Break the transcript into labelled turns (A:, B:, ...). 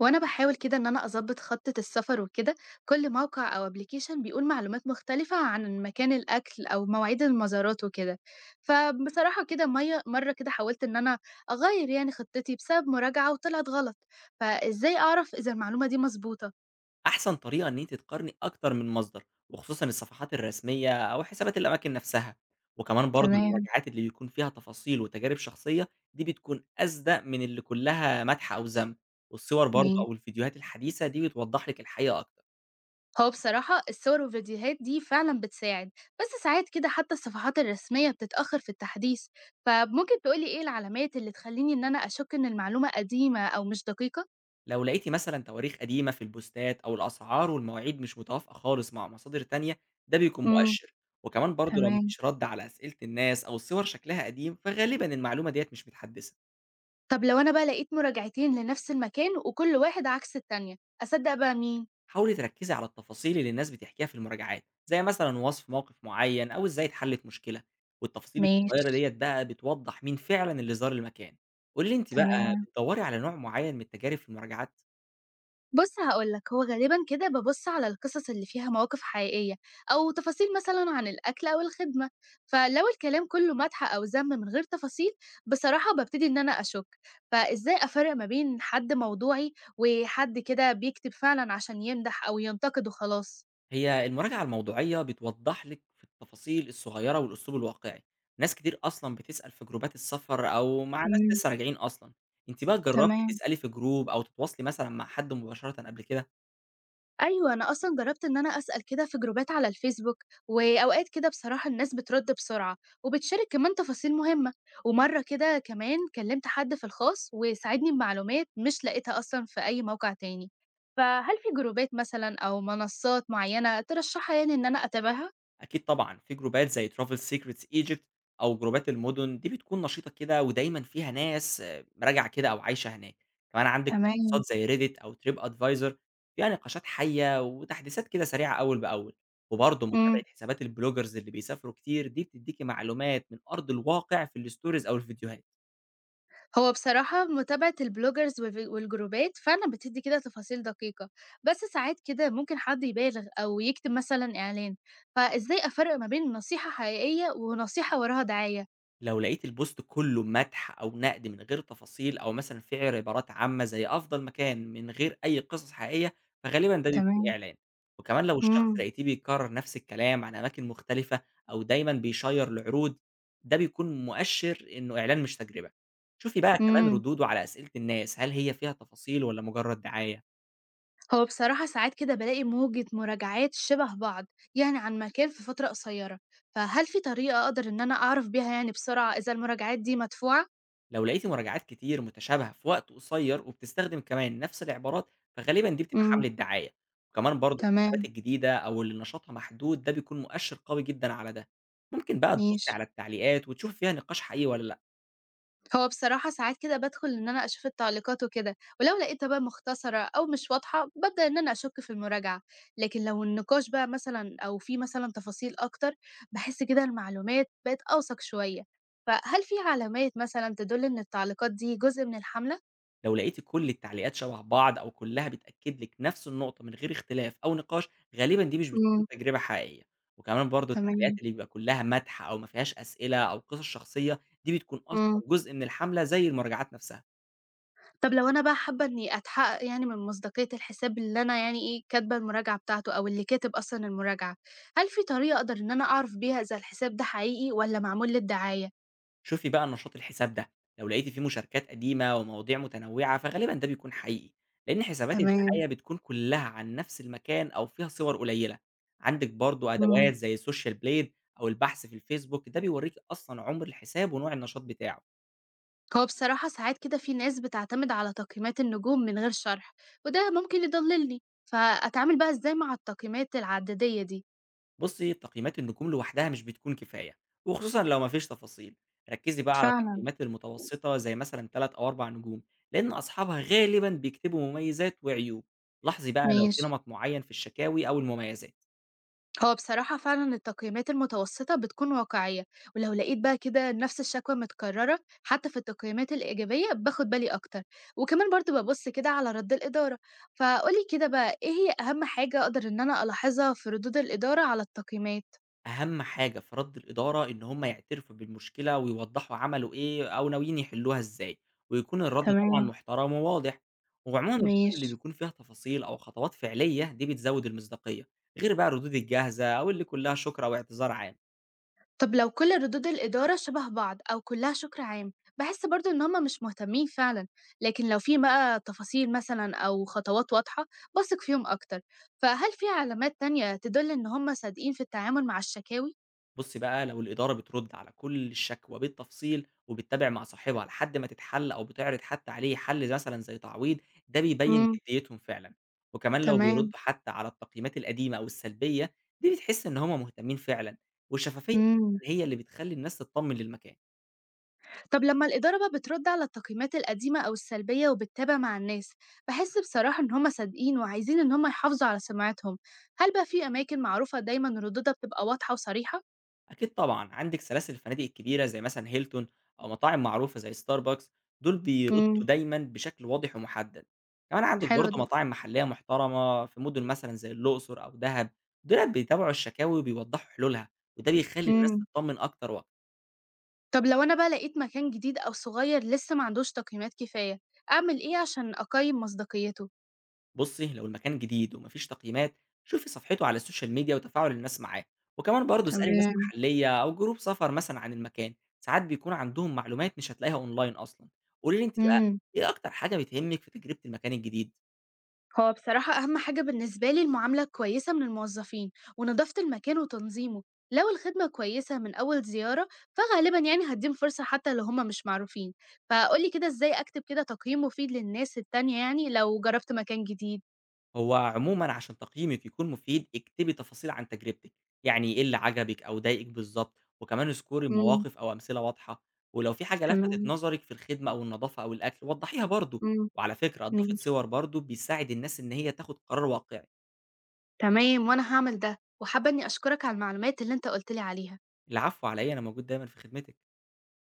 A: وانا بحاول كده ان انا اظبط خطة السفر وكده. كل موقع او ابلكيشن بيقول معلومات مختلفة عن مكان الاكل او مواعيد المزارات وكده. فبصراحة كده مية مرة كده حاولت ان انا اغير يعني خطتي بسبب مراجعة وطلعت غلط. فازاي اعرف اذا المعلومة دي مظبوطة؟
B: أحسن طريقة إن أنتِ تقارني أكتر من مصدر، وخصوصًا الصفحات الرسمية أو حسابات الأماكن نفسها، وكمان برضه
A: تمام.
B: المراجعات اللي بيكون فيها تفاصيل وتجارب شخصية، دي بتكون أصدق من اللي كلها مدح أو ذم، والصور برضه
A: ماشي.
B: أو الفيديوهات الحديثة دي بتوضح لِك الحقيقة أكتر.
A: هو بصراحة الصور والفيديوهات دي فعلا بتساعد، بس ساعات كده حتى الصفحات الرسمية بتتأخر في التحديث. فممكن تقولي ايه العلامات اللي تخليني ان انا اشك ان المعلومة قديمة او مش دقيقة؟
B: لو لقيتِ مثلًا تواريخ قديمة في البوستات أو الأسعار والمواعيد مش متوافقة خالص مع مصادر تانية، ده بيكون مؤشر. وكمان برضه لو ما
A: تمام.
B: فيش رد على أسئلة الناس أو الصور شكلها قديم، فغالبًا المعلومة ديّة مش متحدثة.
A: طب لو أنا بقى لقيت مراجعتين لنفس المكان وكل واحد عكس التانية، أصدق بقى مين؟
B: حاولي تركزي على التفاصيل اللي الناس بتحكيها في المراجعات زي مثلا وصف موقف معين او ازاي اتحلت مشكله، والتفاصيل
A: ماشي.
B: الصغيره ديت بقى بتوضح مين فعلا اللي زار المكان. قولي لي انت بقى
A: تمام.
B: بتدوري على نوع معين من التجارب في المراجعات؟
A: بُص هاقول لك، هو غالبًا كده بابُص على القصص اللي فيها مواقف حقيقية، أو تفاصيل مثلًا عن الأكل أو الخدمة، فلو الكلام كله مدح أو ذم من غير تفاصيل، بصراحة بابتدي إن أنا أشُك، فإزاي أفرّق ما بين حد موضوعي وحد كده بيكتب فعلًا عشان يمدح أو ينتقد وخلاص؟
B: هي المراجعه الموضوعيه بتوضح لك في التفاصيل الصغيره والاسلوب الواقعي. ناس كتير اصلا بتسال في جروبات السفر او مع ناس
A: إمم،
B: لسه راجعين اصلا. انت بقى جربتي
A: تمام.
B: تسالي في جروب او تتواصلي مثلا مع حد مباشره قبل كده؟
A: أيوه، أنا أصلًا جرّبت إن أنا أسأل كده في جروبات على الفيسبوك، وأوقات كده بصراحة الناس بترد بسرعة، وبتشارك كمان تفاصيل مهمة، ومرّة كده كمان كلّمت حد في الخاص وساعدني بمعلومات مش لاقيتها أصلًا في أي موقع تاني، فهل في جروبات مثلًا أو منصات معيّنة ترشّحها يعني إن أنا أتابعها؟
B: أكيد طبعًا، في جروبات زي Travel Secrets Egypt أو جروبات المُدن، دي بتكون نشيطة كده ودايمًا فيها ناس مراجعة كده أو عايشة هناك، كمان عندِك
A: تمام.
B: منصات زي Reddit أو TripAdvisor فيها نقاشات حية وتحديثات كده سريعة أول بأول، وبرضه متابعة
A: إمم.
B: حسابات البلوجرز اللي بيسافروا كتير دي بتدّيكِ معلومات من أرض الواقع في الstories أو الفيديوهات.
A: هو بصراحة متابعة البلوجرز والجروبات فعلا بتدي كده تفاصيل دقيقة. بس ساعات كده ممكن حد يبالغ أو يكتب مثلا إعلان. فإزاي أفرق ما بين نصيحة حقيقية ونصيحة وراها دعاية؟
B: لو لقيت البوست كله مدح أو نقد من غير تفاصيل أو مثلًا فيه عبارات عامة زي أفضل مكان من غير أي قصص حقيقية، فغالبًا ده بيكون
A: تمام.
B: إعلان، وكمان لو الشخص
A: مم.
B: لقيتيه بيكرر نفس الكلام عن أماكن مختلفة أو دايمًا بيشيّر لعروض، ده بيكون مؤشر إنه إعلان مش تجربة. شوفي بقى كمان
A: مم.
B: ردوده على أسئلة الناس، هل هي فيها تفاصيل والّا مجرد دعاية؟
A: هو بصراحة ساعات كده بلاقي موجة مراجعات شبه بعض، يعني عن مكان في فترة قصيرة. فهل في طريقة أقدر إن أنا أعرف بيها يعني بسرعة إذا المراجعات دي مدفوعة؟
B: لو لقيتِ مراجعات كتير متشابهة في وقت قصير وبتستخدم كمان نفس العبارات، فغالبًا دي بتبقى
A: امم.
B: حملة دعاية، وكمان برضه الحسابات
A: تمام.
B: الجديدة أو اللي نشاطها محدود ده بيكون مؤشر قوي جدًا على ده. ممكن بقى تبُصي
A: ماشي.
B: على التعليقات وتشوفي فيها نقاش حقيقي والّا لأ،
A: هو بصراحة ساعات كده بادخل إن أنا أشوف التعليقات وكده، ولو لقيتها بقى مختصرة أو مش واضحة ببدأ إن أنا أشك في المراجعة. لكن لو النقاش بقى مثلا أو في مثلا تفاصيل أكتر، بحس كده المعلومات بقت أوثق شوية. فهل في علامات مثلا تدل إن التعليقات دي جزء من الحملة؟
B: لو لقيتِ كل التعليقات شبه بعض أو كلها بتأكد لِك نفس النقطة من غير اختلاف أو نقاش، غالبًا دي مش بتكون
A: امم.
B: تجربة حقيقية. وكمان برضه التعليقات
A: تمام.
B: اللي بيبقى كلها مدح أو ما فيهاش أسئلة أو قصص شخصية، دي بتكون أصلًا
A: امم.
B: جزء من الحملة زي المراجعات نفسها.
A: طب لو أنا بقى حابة إني أتحقق يعني من مصداقية الحساب اللي أنا يعني إيه كاتبة المراجعة بتاعته أو اللي كاتب أصلا المراجعة، هل في طريقة أقدر إن أنا أعرف بيها إذا الحساب ده حقيقي ولا معمول للدعاية؟
B: شوفي بقى النشاط الحساب ده، لو لقيتِ فيه مشاركات قديمة ومواضيع متنوعة فغالبًا ده بيكون حقيقي، لإن حسابات
A: تمام،
B: الدعاية بتكون كلها عن نفس المكان أو فيها صور قليلة، عندك برضه
A: إمم.
B: أدوات زي السوشيال بليد أو البحث في الفيسبوك ده بيوريكِ أصلًا عمر الحساب ونوع النشاط بتاعه.
A: هو بصراحة ساعات كده في ناس بتعتمد على تقييمات النجوم من غير شرح، وده ممكن يضللني، فأتعامل بقى إزاي مع التقييمات العددية دي؟
B: بُصي تقييمات النجوم لوحدها مش بتكون كفاية، وخصوصًا لو ما فيش تفاصيل، ركزي بقى على
A: فعلا.
B: التقييمات المتوسطة زي مثلًا 3 أو 4 نجوم، لإن أصحابها غالبًا بيكتبوا مميزات وعيوب، لاحظي بقى لو في
A: ماشي.
B: نمط معين في الشكاوي أو المميزات.
A: هو بصراحة فعلًا التقييمات المتوسطة بتكون واقعية، ولو لقيت بقى كده نفس الشكوى متكررة حتى في التقييمات الإيجابية باخد بالي أكتر، وكمان برضه بابُص كده على رد الإدارة. فقُل لي كده بقى إيه هي أهم حاجة أقدر إن أنا ألاحظها في ردود الإدارة على التقييمات؟
B: أهم حاجة في رَد الإدارة إن هم يعترفوا بالمشكلة ويوضّحوا عملوا إيه أو ناويين يحلّوها إزاي، ويكون الرَد طبعًا
A: تمام.
B: محترم وواضح. وعمومًا الردود اللي
A: ماشي.
B: بيكون فيها تفاصيل أو خطوات فعلية دي بتزوّد المصداقية، غير بقى الردود الجاهزة أو اللي كُلّها شكر أو اعتذار عام.
A: طب لو كل ردود الإدارة شبه بعض أو كلها شكر عام بحس برضو إن هما مش مهتمين فعلا، لكن لو في بقى تفاصيل مثلا أو خطوات واضحة بثق فيهم أكتر. فهل في علامات تانية تدل إن هما صادقين في التعامل مع الشكاوي؟
B: بُصّي بقى، لو الإدارة بترُد على كل الشكوى بالتفصيل وبتتابع مع صاحبها لحد ما تتحل أو بتعرض حتى عليه حل مثلًا زي تعويض، ده بيبيّن
A: امم.
B: جديتهم فعلًا، وكمان لو بيردوا
A: تمام.
B: حتى على التقييمات القديمة أو السلبية، دي بتحس إن هم مهتمين فعلًا، والشفافية
A: امم.
B: هي اللي بتخلّي الناس تتطمن للمكان.
A: طب لما الإدارة بقى بترد على التقييمات القديمة أو السلبية وبتتابع مع الناس، بحس بصراحة إن هما صادقين وعايزين إن هما يحافظوا على سمعتهم. هل بقى في أماكن معروفة دايما ردودها بتبقى واضحة وصريحة؟
B: أكيد طبعًا، عندِك سلاسل الفنادق الكبيرة زي مثلًا هيلتون أو مطاعم معروفة زي ستاربكس، دول بيردّوا
A: امم.
B: دايمًا بشكل واضح ومُحدَّد. كمان عندِك
A: حلو
B: برضه
A: ده.
B: مطاعم محلية محترمة في مُدن مثلًا زي الأقصر أو دهب، دُولَة بيتابعوا الشكاوي وبيوضّحوا حلولها، وده بيخلّي الناس
A: امم.
B: تتطمّن أكتر وأكتر.
A: طب لو أنا بقى لقيت مكان جديد أو صغير لسه ما عندوش تقييمات كفاية، أعمل إيه عشان أقيم مصداقيته؟
B: بصي لو المكان جديد ومفيش تقييمات، شوفي صفحته على السوشيال ميديا وتفاعل الناس معاه، وكمان برضه اسألي ناس
A: تمام.
B: محلية أو جروب سفر مثلا عن المكان. ساعات بيكون عندهم معلومات مش هتلاقيها أونلاين أصلا. قولي لي أنت بقى
A: امم.
B: إيه أكتر حاجة بتهمك في تجربة المكان الجديد؟
A: هو بصراحة أهم حاجة بالنسبة لي المعاملة الكويسة من الموظفين ونظافة المكان وتنظيمه، لو الخدمة كويسة من أول زيارة فغالبا يعني هديهم فرصة حتى لو هما مش معروفين، فقولي كده إزاي أكتب كده تقييم مفيد للناس التانية يعني لو جربت مكان جديد؟
B: هو عمومًا عشان تقييمِك يكون مفيد، اكتبي تفاصيل عن تجربتِك، يعني إيه اللي عجبِك أو ضايقِك بالضبط، وكمان اذكري
A: مم.
B: مواقف أو أمثلة واضحة، ولو في حاجة لفتت
A: تمام.
B: نظرِك في الخدمة أو النضافة أو الأكل وضحيها برضه،
A: مم.
B: وعلى فكرة إضافة
A: ماشي.
B: صور برضه بيساعد الناس إن هي تاخد قرار واقعي.
A: تمام وأنا هعمل ده وحابة إني أشكرك على المعلومات اللي أنت قلت لي عليها.
B: العفو على إيه، أنا موجود دايمًا في خدمتِك.